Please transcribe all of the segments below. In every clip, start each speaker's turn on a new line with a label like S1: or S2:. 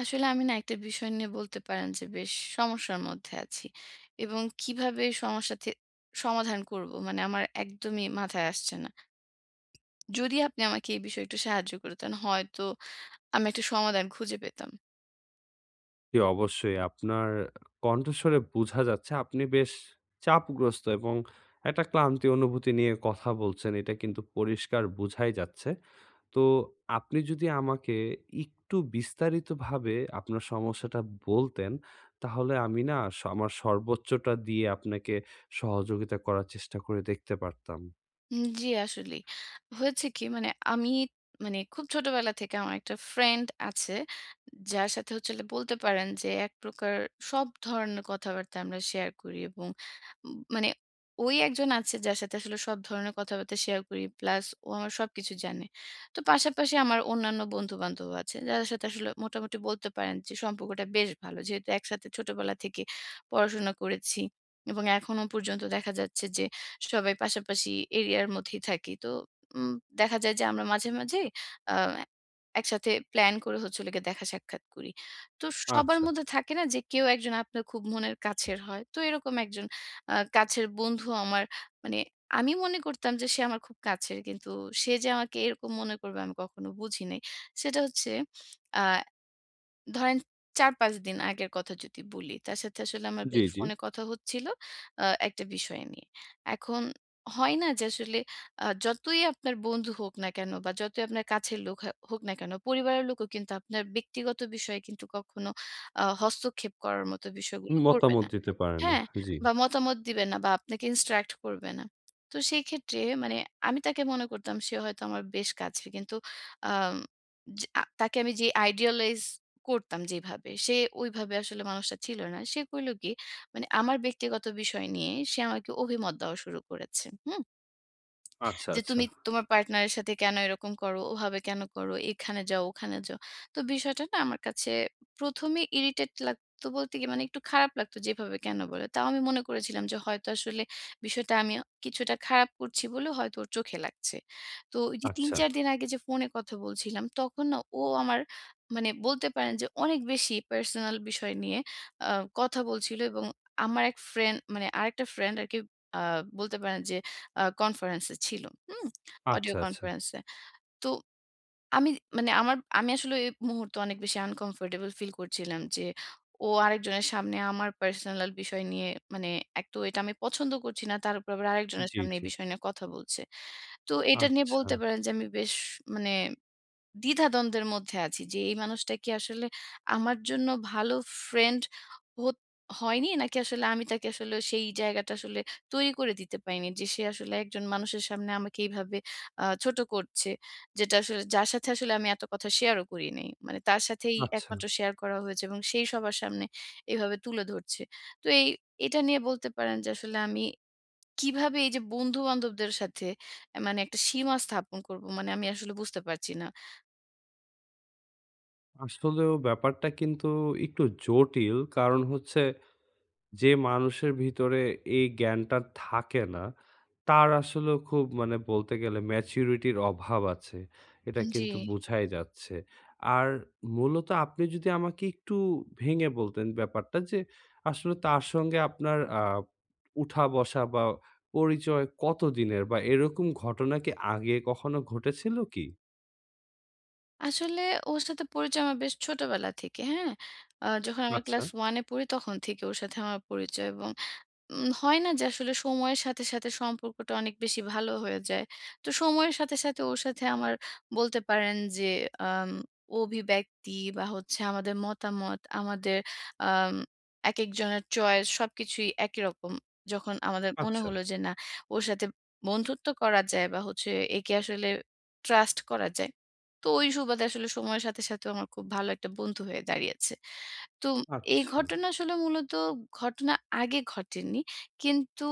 S1: আসলে আমি না একটা বিষয় নিয়ে বলতে পারেন যে বেশ সমস্যার মধ্যে আছি এবং কিভাবে এই সমস্যা সমাধান করব মানে আমার একদমই মাথায় আসছে না। যদি আপনি আমাকে এই বিষয়ে একটু সাহায্য করতেন হয়তো আমি একটা সমাধান খুঁজে পেতাম।
S2: জি, অবশ্যই। আপনার কণ্ঠস্বরে বুঝা যাচ্ছে আপনি বেশ চাপগ্রস্ত এবং একটা ক্লান্তি অনুভূতি নিয়ে কথা বলছেন। এটা কিন্তু পরিষ্কার বুঝাই যাচ্ছে। তো আপনি যদি আমাকে একটু বিস্তারিতভাবে আপনার সমস্যাটা বলতেন, তাহলে আমি না স আমার সর্বোচ্চটা দিয়ে আপনাকে সহযোগিতা করার চেষ্টা করে দেখতে পারতাম।
S1: জি, আসলে হয়েছে কি মানে আমি মানে খুব ছোটবেলা থেকে আমার একটা ফ্রেন্ড আছে যার সাথে হলো বলতে পারেন যে এক প্রকার সব ধরনের কথাবার্তা আমরা শেয়ার করি, এবং মানে ওই একজন আছে যার সাথে আসলে সব ধরনের কথাবার্তা শেয়ার করি, প্লাস ও আমার সবকিছু জানে। তো পাশাপাশি আমার অন্যান্য বন্ধু বান্ধব আছে যাদের সাথে আসলে মোটামুটি বলতে পারেন যে সম্পর্কটা বেশ ভালো, যেহেতু একসাথে ছোটবেলা থেকে পড়াশোনা করেছি এবং এখনো পর্যন্ত দেখা যাচ্ছে যে সবাই পাশাপাশি এরিয়ার মধ্যেই থাকি। তো উম, দেখা যায় যে আমরা মাঝে মাঝে একসাথে প্ল্যান করে হলো গিয়ে দেখা সাক্ষাৎ করি। তো সবার
S2: আচ্ছা।
S1: মধ্যে থাকে না যে কেউ একজন আপনার খুব মনের কাছের হয়। তো এরকম একজন কাছের বন্ধু আমার, মানে আমি মনে করতাম যে সে আমার খুব কাছের। কিন্তু সে যে আমাকে এরকম মনে করবে আমি কখনো বুঝি নাই। সেটা হচ্ছে আ ধরেন ৪-৫ দিন আগের কথা যদি বলি, তার সাথে আসলে আমার
S2: জি,
S1: বেশ
S2: জি।
S1: ফোনে কথা হচ্ছিল একটা বিষয় নিয়ে। এখন হয় না যে আসলে যতই আপনার বন্ধু হোক না কেন বা যতই আপনার কাছের লোক হোক না কেন, পরিবারের লোকও কিন্তু আপনার ব্যক্তিগত বিষয়ে কিন্তু কখনো হস্তক্ষেপ করার মতো বিষয়গুলো করবে
S2: মতামত
S1: না।
S2: দিতে পারে না।
S1: হ্যাঁ?
S2: জি।
S1: বা মতামত দিবে না বা আপনাকে ইন্সট্রাক্ট করবে না। তো সেই ক্ষেত্রে মানে আমি তাকে মনে করতাম সে হয়তো আমার বেশ কাছের। কিন্তু আম যে তাকে আমি যে idealize করতাম যেভাবে, সে ওইভাবে আসলে মানুষটা ছিল না। সে করল কি, মানে আমার ব্যক্তিগত বিষয় নিয়ে সে আমাকে অভিমত দেওয়া শুরু করেছে। হুম?
S2: আচ্ছা,
S1: যে
S2: আচ্ছা।
S1: তুমি তোমার পার্টনারের সাথে কেন এরকম করো? ওভাবে কেন করো? এখানে যাও, ওখানে যাও। তো বিষয়টা না আমার কাছে ১ম এ ইরিটেট লাগতো, বলতে কি মানে একটু খারাপ লাগতো যে এভাবে কেন বলে? তাও আমি মনে করেছিলাম যে হয়তো আসলে বিষয়টা আমি কিছুটা খারাপ করছি বলে হয়তো ওর চোখে লাগছে। তো ওই যে
S2: আচ্ছা,
S1: ৩-৪ দিন আগে যে ফোনে কথা বলছিলাম তখন না ও আমার মানে বলতে পারেন যে অনেক বেশি পার্সোনাল বিষয় নিয়ে আ কথা বলছিল, এবং আমার এক ফ্রেন্ড মানে আরেকটা ফ্রেন্ড আরকি আ বলতে পারেন যে কনফারেন্স এ ছিল। হুম? অডিও
S2: আচ্ছা, আচ্ছা।
S1: কনফারেন্স এ। তো আমি মানে আমি আসলে এই মুহূর্তে অনেক বেশি আনকমফোর্টেবল ফিল করছিলাম যে, ও আরেকজনের সামনে আমার পার্সোনাল বিষয় নিয়ে মানে এক তো এটা আমি পছন্দ করছি না। তার উপর আবার আরেকজনের
S2: জি,
S1: সামনে এই
S2: জি।
S1: বিষয় নিয়ে কথা বলছে। তো এটা নিয়ে
S2: আচ্ছা,
S1: বলতে পারেন যে আমি বেশ মানে দ্বিধাদ্বন্দ্বের মধ্যে আছি যে এই মানুষটা কি আসলে আমার জন্য ভালো ফ্রেন্ড হত হয়নি, নাকি আসলে আমি তাকে আসলে সেই জায়গাটা আসলে তৈরি করে দিতে পারিনি যে সে আসলে একজন মানুষের সামনে আমাকে এইভাবে ছোট করছে। যেটা আসলে যার সাথে আসলে আমি এত কথা শেয়ারও করি নাই। মানে তার সাথেই
S2: আচ্ছা।
S1: একমাত্র শেয়ার করা হয়েছে এবং সেই সবার সামনে এভাবে তুলে ধরছে। তো এটা নিয়ে বলতে পারেন যে আসলে আমি কিভাবে এই যে বন্ধু-বান্ধবদের সাথে মানে একটা সীমা স্থাপন করব মানে আমি আসলে বুঝতে পারছি না।
S2: আসলেও ব্যাপারটা কিন্তু একটু জটিল। কারণ হচ্ছে যে মানুষের ভিতরে এই জ্ঞানটা থাকে না, তার আসলেও খুব মানে বলতে গেলে ম্যাচুরিটির অভাব আছে। এটা
S1: জি।
S2: কিন্তু বোঝাই যাচ্ছে। আর মূলত আপনি যদি আমাকে একটু ভেঙে বলতেন ব্যাপারটা যে আসলে তার সঙ্গে আপনার উঠা-বসা বা পরিচয় কতদিনের? বা এরকম ঘটনা কি আগে কখনো ঘটেছিল কি?
S1: আসলে ওর সাথে পরিচয় আমার বেশ ছোটবেলা থেকে, হ্যাঁ? যখন আমার
S2: আচ্ছা,
S1: ক্লাস 1 এ পড়ি তখন থেকে ওর সাথে আমার পরিচয়, এবং হয় না যে আসলে সময়ের সাথে সাথে সম্পর্কটা অনেক বেশি ভালো হয়ে যায়। তো সময়ের সাথে সাথে ওর সাথে আমার বলতে পারেন যে আম অভিব্যক্তি বা হচ্ছে আমাদের মতামত, আমাদের আম একেকজনের চয়েস সবকিছুই একই রকম। যখন আমাদের মনে
S2: আচ্ছা,
S1: হলো যে না, ওর সাথে বন্ধুত্ব করা যায় বা হচ্ছে একে আসলে ট্রাস্ট করা যায়। তো ওই সুবাদে আসলে সময়ের সাথে সাথেও আমার খুব ভালো একটা বন্ধু হয়ে দাঁড়িয়েছে। তো এই
S2: আচ্ছা,
S1: ঘটনা আসলে মূলত ঘটনা আগে ঘটেনি। কিন্তু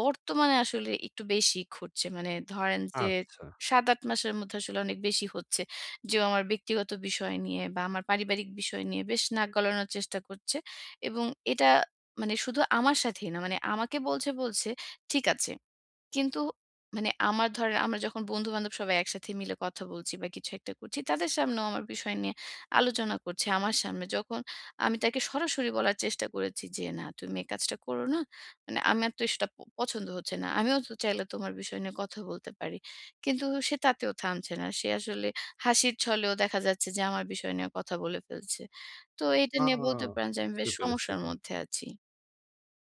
S1: বর্তমানে আসলে একটু বেশি ঘটছে। মানে ধরেন যে
S2: আচ্ছা।
S1: ৭-৮ মাসের মধ্যে আসলে অনেক বেশি হচ্ছে। যে ও আমার ব্যক্তিগত বিষয় নিয়ে বা আমার পারিবারিক বিষয় নিয়ে বেশ নাক গলানোর চেষ্টা করছে। এবং এটা মানে শুধু আমার সাথেই না, মানে আমাকে বলছে, বলছে ঠিক আছে। কিন্তু মানে আমার ধরেন আমরা যখন বন্ধু-বান্ধব সবাই একসাথে মিলে কথা বলছি বা কিছু একটা করছি, তাদের সামনেও আমার বিষয় নিয়ে আলোচনা করছে আমার সামনে। যখন আমি তাকে সরাসরি বলার চেষ্টা করেছি যে, "না, তুমি এই কাজটা করো না। মানে আমার তো সেটা পছন্দ হচ্ছে না। আমিও তো চাইলে তোমার বিষয় নিয়ে কথা বলতে পারি।" কিন্তু সে তাতেও থামছে না। সে আসলে হাসির ছলেও দেখা যাচ্ছে যে আমার বিষয় নিয়ে কথা বলে ফেলছে। তো এটা
S2: আ
S1: নিয়ে বলতে পারেন যে আমি
S2: বুঝতে
S1: বেশ
S2: পেরেছি
S1: সমস্যার
S2: এবার।
S1: মধ্যে আছি।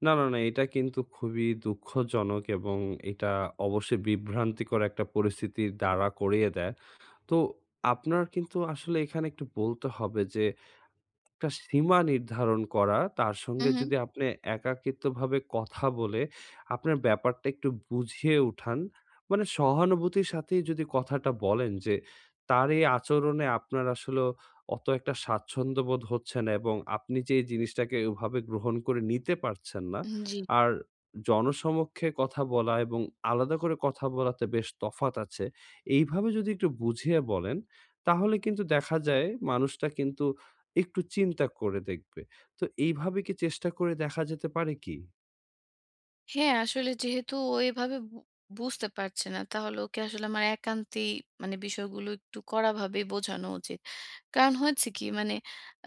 S2: না, না, না এটা কিন্তু খুবই দুঃখজনক এবং এটা অবশ্যই বিভ্রান্তিকর একটা পরিস্থিতির দ্বারা করিয়ে দেয়। তো আপনার কিন্তু আসলে এখানে একটু বলতে হবে যে একটা সীমা নির্ধারণ করা, তার সঙ্গে
S1: উহু,
S2: যদি আপনি একাকিত্বভাবে কথা বলে আপনার ব্যাপারটা একটু বুঝিয়ে উঠান। মানে সহানুভূতির সাথেই যদি কথাটা বলেন যে, তার এই আচরণে আপনার আসলেও অত একটা স্বাচ্ছন্দ্য বোধ হচ্ছে না এবং আপনি যে এই জিনিসটাকে ওভাবে গ্রহণ করে নিতে পারছেন না।
S1: জি।
S2: আর জনসমক্ষে কথা বলা এবং আলাদা করে কথা বলাতে বেশ তফাৎ আছে। এইভাবে যদি একটু বুঝিয়ে বলেন, তাহলে কিন্তু দেখা যায় মানুষটা কিন্তু একটু চিন্তা করে দেখবে। তো এইভাবে কি চেষ্টা করে দেখা যেতে পারে কি?
S1: হ্যাঁ, আসলে যেহেতু ও এভাবে বুঝতে পারছে না, তাহলে ওকে আসলে আমার একান্তই মানে বিষয়গুলো একটু কড়াভাবে বোঝানো উচিত। কারণ হয়েছে কি মানে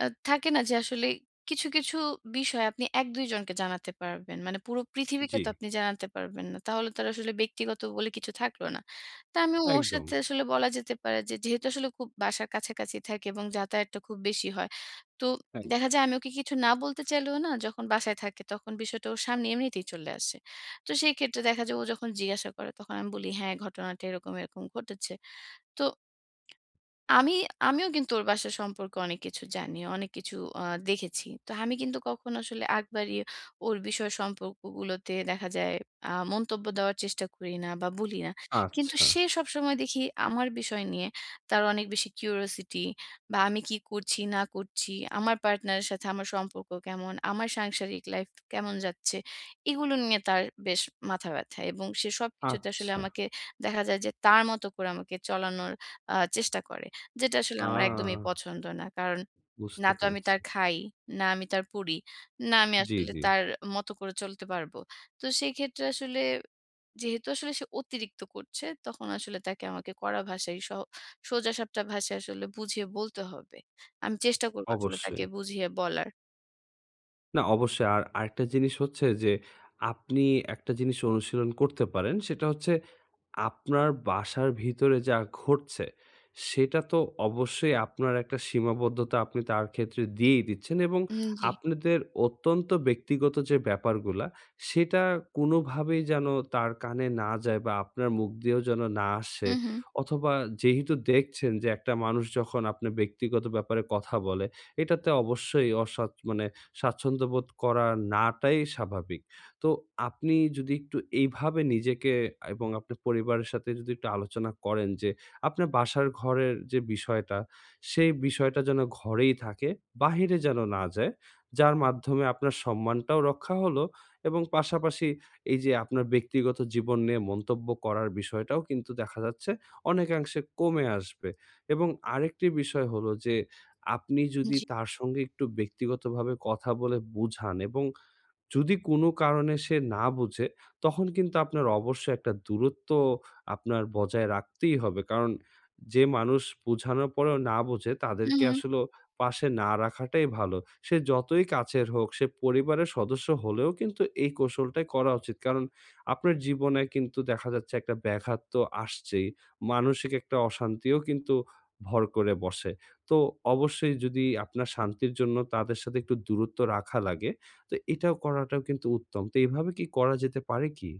S1: থাকে না যে আসলে কিছু, কিছু বিষয় আপনি ১-২ জনকে জানাতে পারবেন। মানে পুরো পৃথিবীকে
S2: জি,
S1: তো আপনি জানাতে পারবেন না। তাহলে তো আর আসলে ব্যক্তিগত বলে কিছু থাকলো না। তা আমি ওর
S2: একদম।
S1: সাথে আসলে বলা যেতে পারে যে, যেহেতু আসলে খুব বাসার কাছাকাছি থাকে এবং যাতায়াতটা খুব বেশি হয়। তো
S2: এক
S1: দেখা যায় আমি ওকে কিছু না বলতে চাইলেও না, যখন বাসায় থাকে তখন বিষয়টা ওর সামনে এমনিতেই চলে আসে। তো সেই ক্ষেত্রে দেখা যায় ও যখন জিজ্ঞাসা করে তখন আমি বলি, "হ্যাঁ, ঘটনাটা এরকম, এরকম ঘটেছে।" তো আমি আমিও কিন্তু ওর বাসা সম্পর্কে অনেক কিছু জানি। অনেক কিছু আ দেখেছি। তো আমি কিন্তু কখনো আসলে আগ বাড়িয়ে ওর বিষয় সম্পর্কগুলোতে দেখা যায় মন্তব্য দেওয়ার চেষ্টা করি না বা বলি না। কিন্তু
S2: আচ্ছা,
S1: সে সবসময় দেখি আমার বিষয় নিয়ে তার অনেক বেশি কিউরিওসিটি, বা আমি কি করছি না করছি, আমার পার্টনারের সাথে আমার সম্পর্ক কেমন, আমার সাংসারিক লাইফ কেমন যাচ্ছে, এগুলো নিয়ে তার বেশ মাথা ব্যথা। এবং সে সবকিছুতে আসলে
S2: আচ্ছা।
S1: আমাকে দেখা যায় যে তার মতো করে আমাকে চলানোর চেষ্টা করে। যেটা আসলে আমার একদমই
S2: আ
S1: পছন্দ না। কারণ না
S2: বুঝতে
S1: তো আমি
S2: পেরেছি।
S1: তার খাই, না আমি তার পড়ি, না আমি
S2: জি,
S1: আসলে
S2: জি,
S1: তার মতো করে চলতে পারব। তো সেক্ষেত্রে আসলে যেহেতু আসলে সে অতিরিক্ত করছে, তখন আসলে তাকে আমাকে কড়া ভাষায় সোজাসাপটা ভাষায় আসলে বুঝিয়ে বলতে হবে। আমি চেষ্টা করব আসলে তাকে
S2: অবশ্যই।
S1: বুঝিয়ে বলার।
S2: না অবশ্যই। আর আরেকটা জিনিস হচ্ছে যে আপনি একটা জিনিস অনুশীলন করতে পারেন। সেটা হচ্ছে আপনার বাসার ভিতরে যা ঘটছে, সেটা তো অবশ্যই আপনার একটা সীমাবদ্ধতা আপনি তার ক্ষেত্রে দিয়েই দিচ্ছেন এবং
S1: জি।
S2: আপনাদের অত্যন্ত ব্যক্তিগত যে ব্যাপারগুলা, সেটা কোনোভাবেই যেন তার কানে না যায় বা আপনার মুখ দিয়েও যেন না আসে।
S1: হু, হু।
S2: অথবা যেহেতু দেখছেন যে একটা মানুষ যখন আপনার ব্যক্তিগত ব্যাপারে কথা বলে, এটাতে অবশ্যই অস্বাচ্ছ মানে স্বাচ্ছন্দ্যবোধ করা নাটাই স্বাভাবিক। তো আপনি যদি একটু এইভাবে নিজেকে এবং আপনার পরিবারের সাথে যদি একটু আলোচনা করেন যে আপনার বাসার ঘরের যে বিষয়টা, সেই বিষয়টা যেন ঘরেই থাকে, বাহিরে যেন না যায়। যার মাধ্যমে আপনার সম্মানটাও রক্ষা হলো এবং পাশাপাশি এই যে আপনার ব্যক্তিগত জীবন নিয়ে মন্তব্য করার বিষয়টাও কিন্তু দেখা যাচ্ছে অনেকাংশে কমে আসবে। এবং আরেকটি বিষয় হলো যে আপনি যদি
S1: জি।
S2: তার সঙ্গে একটু ব্যক্তিগতভাবে কথা বলে বুঝান এবং যদি কোনো কারণে সে না বুঝে, তখন কিন্তু আপনার অবশ্যই একটা দূরত্ব আপনার বজায় রাখতেই হবে। কারণ যে মানুষ বুঝানোর পরেও না বোঝে,
S1: হু,
S2: তাদেরকে
S1: হু।
S2: আসলেও পাশে না রাখাটাই ভালো। সে যতই কাছের হোক, সে পরিবারের সদস্য হলেও কিন্তু এই কৌশলটাই করা উচিত। কারণ আপনার জীবনে কিন্তু দেখা যাচ্ছে একটা ব্যাঘাত তো আসছেই। মানসিক একটা অশান্তিও কিন্তু ভর করে বসে। তো অবশ্যই যদি আপনার শান্তির জন্য তাদের সাথে একটু দূরত্ব রাখা লাগে তো এটাও করাটাও কিন্তু উত্তম। তো এভাবে কি করা যেতে পারে কি?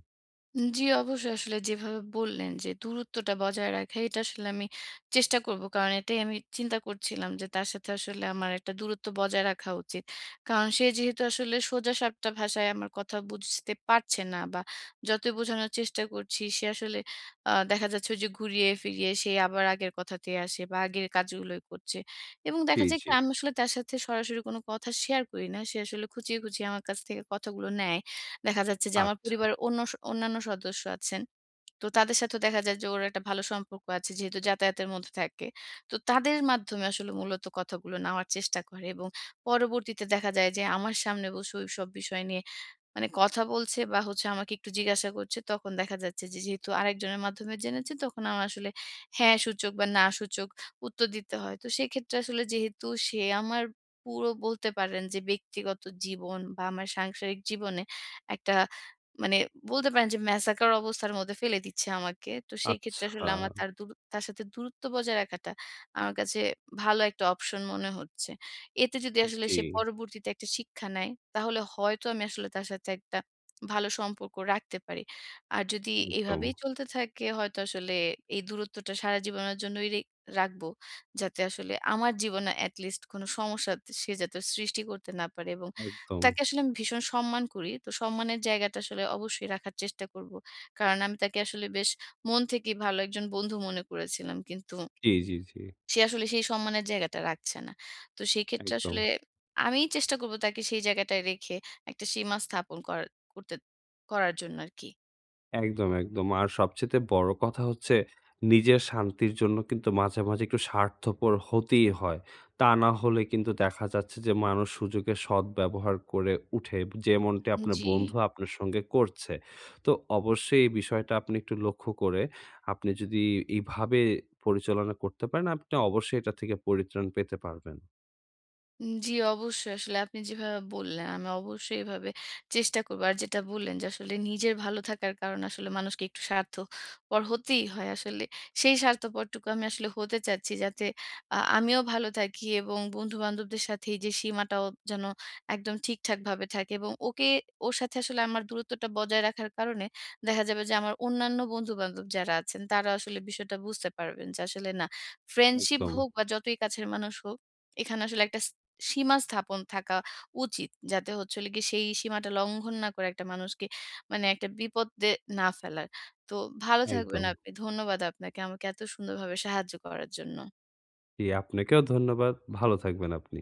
S1: জি, অবশ্যই। আসলে যেভাবে বললেন যে দূরত্বটা বজায় রাখা, এটা আসলে আমি চেষ্টা করব। কারণ এটাই আমি চিন্তা করছিলাম যে তার সাথে আসলে আমার একটা দূরত্ব বজায় রাখা উচিত। কারণ সে যেহেতু আসলে সোজাসাপটা ভাষায় আমার কথা বুঝতে পারছে না, বা যতই বোঝানোর চেষ্টা করছি সে আসলে দেখা যাচ্ছে ওই যে ঘুরিয়ে ফিরিয়ে সে আবার আগের কথাতেই আসে বা আগের কাজগুলোই করছে। এবং
S2: জি,
S1: দেখা যায়
S2: জি।
S1: কি আমি আসলে তার সাথে সরাসরি কোনো কথা শেয়ার করি না। সে আসলে খুঁচিয়ে, খুঁচিয়ে আমার কাছ থেকে কথাগুলো নেয়। দেখা যাচ্ছে যে আমার
S2: আচ্ছা,
S1: পরিবারের অন্যান্য সদস্য আছেন। তো তাদের সাথেও দেখা যায় যে ওর একটা ভালো সম্পর্ক আছে, যেহেতু যাতায়াতের মধ্যে থাকে। তো তাদের মাধ্যমে আসলে মূলত কথাগুলো নেওয়ার চেষ্টা করে এবং পরবর্তীতে দেখা যায় যে আমার সামনে বসে ওইসব বিষয় নিয়ে মানে কথা বলছে বা হচ্ছে আমাকে একটু জিজ্ঞাসা করছে, তখন দেখা যাচ্ছে যে যেহেতু আরেকজনের মাধ্যমে জেনেছি, তখন আমার আসলে হ্যাঁ সূচক বা না সূচক উত্তর দিতে হয়। তো সেক্ষেত্রে আসলে যেহেতু সে আমার পুরো বলতে পারেন যে ব্যক্তিগত জীবন বা আমার সাংসারিক জীবনে একটা মানে বলতে পারেন যে ম্যাসাকার অবস্থার মধ্যে ফেলে দিচ্ছে আমাকে। তো সেই
S2: আচ্ছা।
S1: ক্ষেত্রে আসলে আমার তার সাথে দূরত্ব বজায় রাখাটা আমার কাছে ভালো একটা অপশন মনে হচ্ছে। এতে যদি আসলে
S2: জি,
S1: সে পরবর্তীতে একটা শিক্ষা নেয়, তাহলে হয়তো আমি আসলে তার সাথে একটা ভালো সম্পর্ক রাখতে পারি। আর যদি
S2: একদম,
S1: এভাবেই চলতে থাকে, হয়তো আসলে এই দূরত্বটা সারা জীবনের জন্যই রাখবো। যাতে আসলে আমার জীবনে at least কোনো সমস্যা সে যাতে সৃষ্টি করতে না পারে। এবং
S2: একদম।
S1: তাকে আসলে আমি ভীষণ সম্মান করি। তো সম্মানের জায়গাটা আসলে অবশ্যই রাখার চেষ্টা করব। কারণ আমি তাকে আসলে বেশ মন থেকেই ভালো একজন বন্ধু মনে করেছিলাম। কিন্তু
S2: জি, জি, জি,
S1: সে আসলে সেই সম্মানের জায়গাটা রাখছে না। তো সেই ক্ষেত্রে
S2: একদম।
S1: আসলে আমি চেষ্টা করব তাকে সেই জায়গাটায় রেখে একটা সীমা স্থাপন করতে করার জন্য আরকি।
S2: একদম, একদম। আর সবচাইতে বড় কথা হচ্ছে নিজের শান্তির জন্য কিন্তু মাঝে, মাঝে একটু স্বার্থপর হতেই হয়। তা না হলে কিন্তু দেখা যাচ্ছে যে মানুষ সুযোগের সদ্ব্যবহার করে উঠে, যেমনটি আপনার
S1: জি।
S2: বন্ধু আপনার সঙ্গে করছে। তো অবশ্যই এই বিষয়টা আপনি একটু লক্ষ্য করে আপনি যদি এইভাবে পরিচালনা করতে পারেন, আপনি অবশ্যই এটা থেকে পরিত্রাণ পেতে পারবেন।
S1: জি, অবশ্যই। আসলে আপনি যেভাবে বললেন, আমি অবশ্যই এভাবে চেষ্টা করব। আর যেটা বললেন যে আসলে নিজের ভালো থাকার কারণে আসলে মানুষকে একটু স্বার্থপর হতেই হয় আসলে। সেই স্বার্থপরটুকু আমি আসলে হতে চাচ্ছি, যাতে আমিও ভালো থাকি এবং বন্ধু-বান্ধবদের সাথে এই যে সীমাটাও যেন একদম ঠিকঠাকভাবে থাকে। এবং ওর সাথে আসলে আমার দূরত্বটা বজায় রাখার কারণে দেখা যাবে যে আমার অন্যান্য বন্ধু-বান্ধব যারা আছেন তারা আসলে বিষয়টা বুঝতে পারবেন যে আসলে না, ফ্রেন্ডশিপ
S2: একদম,
S1: হোক বা যতই কাছের মানুষ হোক, এখানে আসলে একটা সীমা স্থাপন থাকা উচিত। যাতে হচ্ছে হলো গিয়ে সেই সীমাটা লঙ্ঘন না করে একটা মানুষকে মানে একটা বিপদে না ফেলার। তো ভালো থাকবেন
S2: একদম।
S1: আপনি। ধন্যবাদ আপনাকে আমাকে এত সুন্দরভাবে সাহায্য করার জন্য।
S2: জি, আপনাকেও ধন্যবাদ। ভালো থাকবেন আপনি।